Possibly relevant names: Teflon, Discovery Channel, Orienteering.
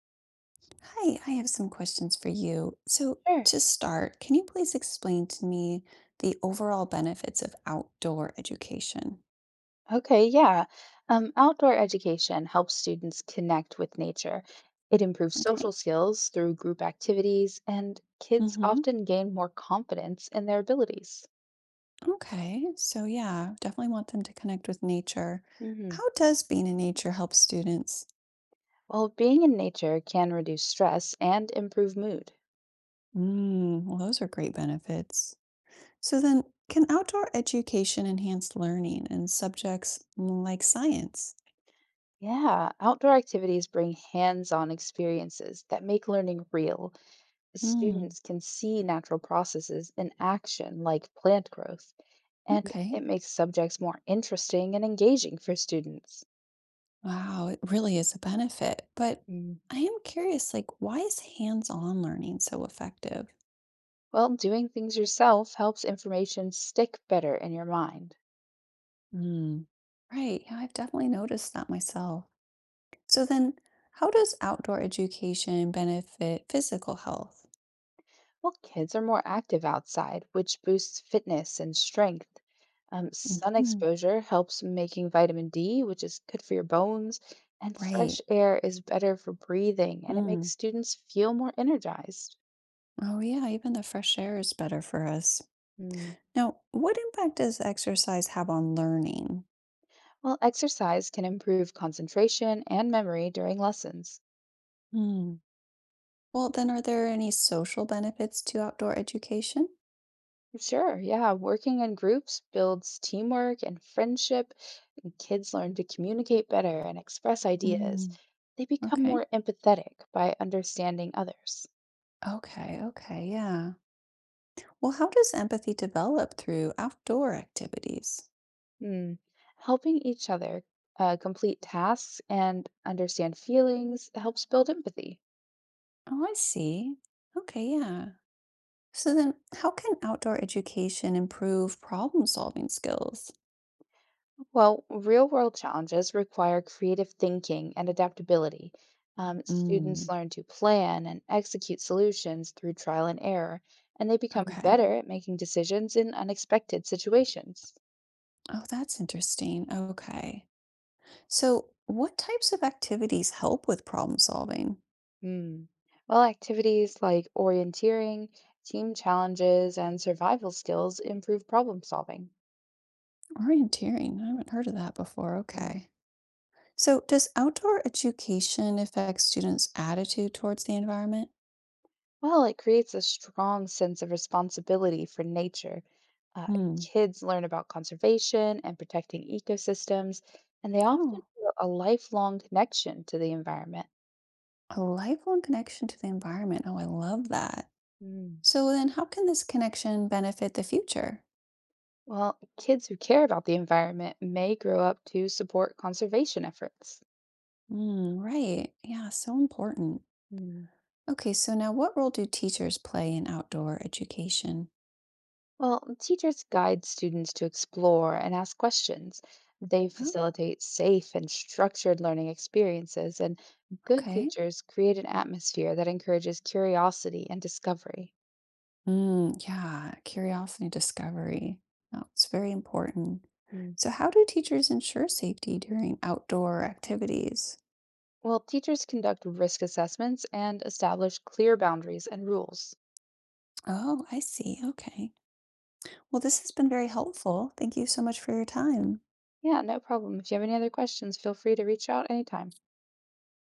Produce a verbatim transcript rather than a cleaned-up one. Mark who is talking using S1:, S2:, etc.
S1: Hi, I have some questions for you. So,
S2: Sure.
S1: to start, can you please explain to me the overall benefits of outdoor education?
S2: Okay, yeah. Um, outdoor education helps students connect with nature. It improves
S1: Okay.
S2: social skills through group activities, and kids
S1: hmm
S2: often gain more confidence in their abilities.
S1: Okay. So, yeah, definitely want them to connect with nature.
S2: Hmm.
S1: How does being in nature help students?
S2: Well, being in nature can reduce stress and improve mood.
S1: Mm, well, those are great benefits. So, then can outdoor education enhance learning in subjects mm, like science?
S2: Yeah, outdoor activities bring hands on experiences that make learning real.
S1: Mm,
S2: Students can see natural processes in action, like plant growth, and
S1: okay.
S2: it makes subjects more interesting and engaging for students.
S1: Wow, it really is a benefit. But
S2: Mm.
S1: I am curious, like, why is hands-on learning so effective?
S2: Well, doing things yourself helps information stick better in your mind.
S1: Mm. Right. Yeah, I've definitely noticed that myself. So then, how does outdoor education benefit physical health?
S2: Well, kids are more active outside, which boosts fitness and strength. Um, sun
S1: hmm
S2: exposure helps making vitamin D, which is good for your bones, and
S1: Right.
S2: fresh air is better for breathing, and it makes
S1: Mm.
S2: students feel more energized.
S1: Oh, yeah, even the fresh air is better for us.
S2: Mm.
S1: Now, what impact does exercise have on learning?
S2: Well, exercise can improve concentration and memory during lessons.
S1: Mm. Well, then, are there any social benefits to outdoor education?
S2: Sure, yeah, working in groups builds teamwork and friendship, and kids learn to communicate better and express ideas.
S1: Mm.
S2: They become
S1: Okay.
S2: more empathetic by understanding others.
S1: Okay, okay, yeah. Well, how does empathy develop through outdoor activities?
S2: Hmm. Helping each other uh, complete tasks and understand feelings helps build empathy.
S1: Oh, I see. Okay, yeah. So then, how can outdoor education improve problem solving skills?
S2: Well, real world challenges require creative thinking and adaptability. Um, students
S1: Mm,
S2: learn to plan and execute solutions through trial and error, and they become
S1: okay.
S2: better at making decisions in unexpected situations.
S1: Oh, that's interesting. Okay. So, what types of activities help with problem solving?
S2: Hmm. Well, activities like orienteering, team challenges, and survival skills improve problem solving.
S1: Orienteering. I haven't heard of that before. Okay. So, does outdoor education affect students' attitude towards the environment?
S2: Well, it creates a strong sense of responsibility for nature. Uh,
S1: Hmm.
S2: Kids learn about conservation and protecting ecosystems, and they often
S1: Oh,
S2: feel a lifelong connection to the environment.
S1: a lifelong connection to the environment. Oh, I love that.
S2: Mm.
S1: So then how can this connection benefit the future?
S2: Well, kids who care about the environment may grow up to support conservation efforts.
S1: Mm, right. Yeah, so important. Okay, so now what role do teachers play in outdoor education?
S2: Well, teachers guide students to explore and ask questions. They
S1: Oh,
S2: facilitate safe and structured learning experiences, and good
S1: okay.
S2: teachers create an atmosphere that encourages curiosity and discovery.
S1: Mm, yeah, curiosity discovery. Oh, it's very important.
S2: Mm.
S1: So how do teachers ensure safety during outdoor activities?
S2: Well, teachers conduct risk assessments and establish clear boundaries and rules.
S1: Oh, I see. Okay. Well, this has been very helpful. Thank you so much for your time.
S2: Yeah, no problem. If you have any other questions, feel free to reach out anytime.